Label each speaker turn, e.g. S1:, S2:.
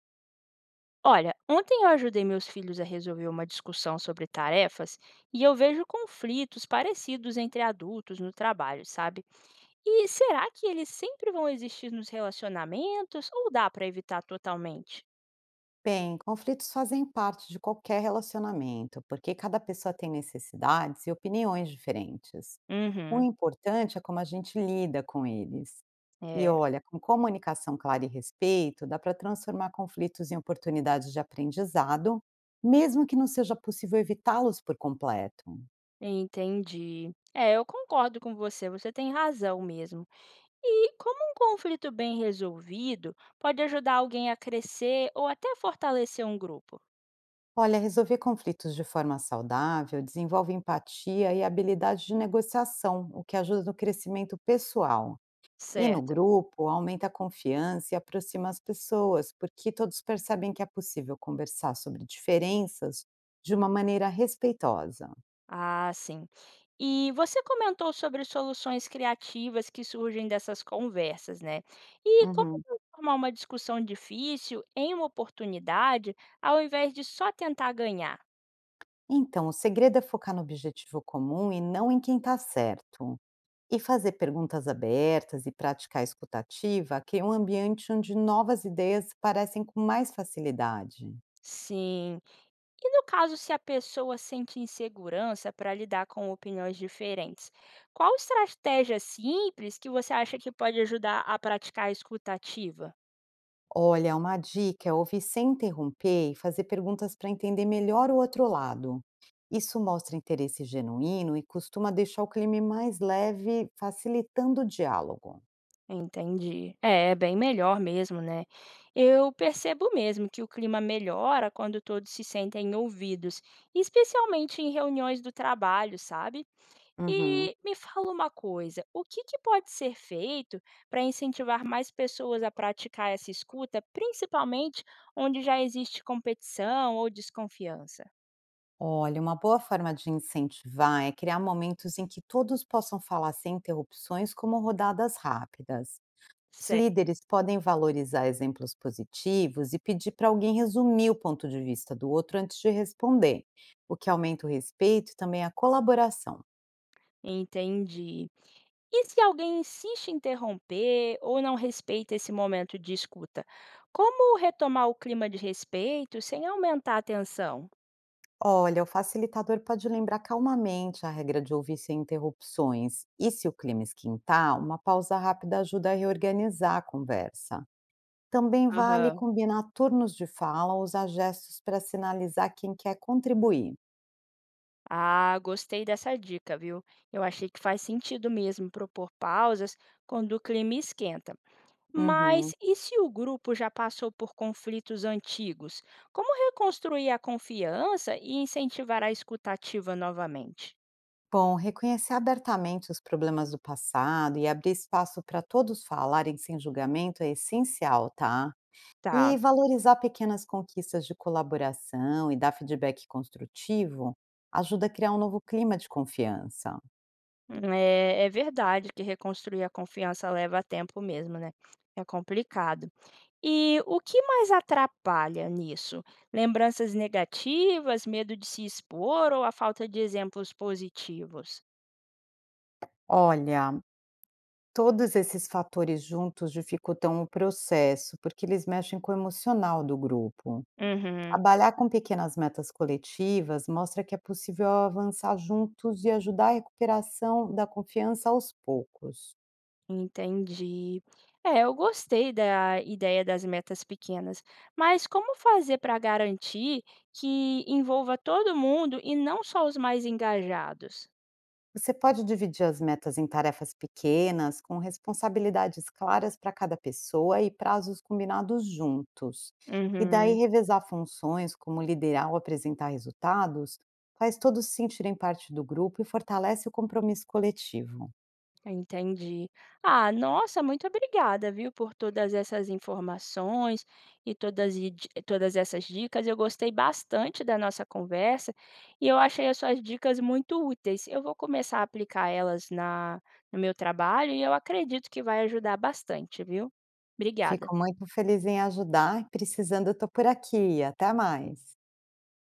S1: Olha, ontem eu ajudei meus filhos a resolver uma discussão sobre tarefas e eu vejo conflitos parecidos entre adultos no trabalho, sabe? E será que eles sempre vão existir nos relacionamentos ou dá para evitar totalmente?
S2: Bem, conflitos fazem parte de qualquer relacionamento, porque cada pessoa tem necessidades e opiniões diferentes. O
S1: Uhum,
S2: importante é como a gente lida com eles. E
S1: é,
S2: olha, com comunicação clara e respeito, dá para transformar conflitos em oportunidades de aprendizado, mesmo que não seja possível evitá-los por completo.
S1: entendi. É, eu concordo com você, você tem razão mesmo. E como um conflito bem resolvido pode ajudar alguém a crescer ou até fortalecer um grupo?
S2: Olha, resolver conflitos de forma saudável desenvolve empatia e habilidade de negociação, o que ajuda no crescimento pessoal. E no
S1: Certo.
S2: grupo, aumenta a confiança e aproxima as pessoas, porque todos percebem que é possível conversar sobre diferenças de uma maneira respeitosa.
S1: Ah, sim. E você comentou sobre soluções criativas que surgem dessas conversas, né? E como
S2: Uhum.
S1: transformar uma discussão difícil em uma oportunidade, ao invés de só tentar ganhar?
S2: Então, o segredo é focar no objetivo comum e não em quem está certo. E fazer perguntas abertas e praticar a escutativa cria um ambiente onde novas ideias parecem com mais facilidade.
S1: Sim. E no caso, se a pessoa sente insegurança para lidar com opiniões diferentes, qual estratégia simples que você acha que pode ajudar a praticar a escuta ativa?
S2: Olha, uma dica é ouvir sem interromper e fazer perguntas para entender melhor o outro lado. Isso mostra interesse genuíno e costuma deixar o clima mais leve, facilitando o diálogo.
S1: Entendi. É, é bem melhor mesmo, né? Eu percebo mesmo que o clima melhora quando todos se sentem ouvidos, especialmente em reuniões do trabalho, sabe?
S2: Uhum.
S1: E me fala uma coisa, o que que pode ser feito para incentivar mais pessoas a praticar essa escuta, principalmente onde já existe competição ou desconfiança?
S2: Olha, uma boa forma de incentivar é criar momentos em que todos possam falar sem interrupções, como rodadas rápidas. Os
S1: Certo,
S2: líderes podem valorizar exemplos positivos e pedir para alguém resumir o ponto de vista do outro antes de responder, o que aumenta o respeito e também a colaboração.
S1: entendi. E se alguém insiste em interromper ou não respeita esse momento de escuta, como retomar o clima de respeito sem aumentar a tensão?
S2: Olha, o facilitador pode lembrar calmamente a regra de ouvir sem interrupções, e se o clima esquentar, uma pausa rápida ajuda a reorganizar a conversa. Também vale
S1: Aham.
S2: combinar turnos de fala ou usar gestos para sinalizar quem quer contribuir.
S1: Ah, gostei dessa dica, viu? Eu achei que faz sentido mesmo propor pausas quando o clima esquenta.
S2: Uhum.
S1: Mas e se o grupo já passou por conflitos antigos? Como reconstruir a confiança e incentivar a escuta ativa novamente?
S2: Bom, reconhecer abertamente os problemas do passado e abrir espaço para todos falarem sem julgamento é essencial, tá?
S1: Tá.
S2: E valorizar pequenas conquistas de colaboração e dar feedback construtivo ajuda a criar um novo clima de confiança.
S1: É, é verdade que reconstruir a confiança leva tempo mesmo, né? É complicado. E o que mais atrapalha nisso? Lembranças negativas, medo de se expor ou a falta de exemplos positivos?
S2: Olha, todos esses fatores juntos dificultam o processo, porque eles mexem com o emocional do grupo.
S1: Uhum,
S2: Trabalhar com pequenas metas coletivas mostra que é possível avançar juntos e ajudar a recuperação da confiança aos poucos.
S1: entendi. É, eu gostei da ideia das metas pequenas, mas como fazer para garantir que envolva todo mundo e não só os mais engajados?
S2: Você pode dividir as metas em tarefas pequenas, com responsabilidades claras para cada pessoa e prazos combinados juntos. E daí
S1: Uhum.
S2: revezar funções, como liderar ou apresentar resultados, faz todos se sentirem parte do grupo e fortalece o compromisso coletivo.
S1: Entendi. Ah, nossa, muito obrigada, viu, por todas essas informações e todas, e todas essas dicas. Eu gostei bastante da nossa conversa e eu achei as suas dicas muito úteis. Eu vou começar a aplicar elas no meu trabalho e eu acredito que vai ajudar bastante, viu? Obrigada.
S2: Fico muito feliz em ajudar, precisando eu estou por aqui. Até mais.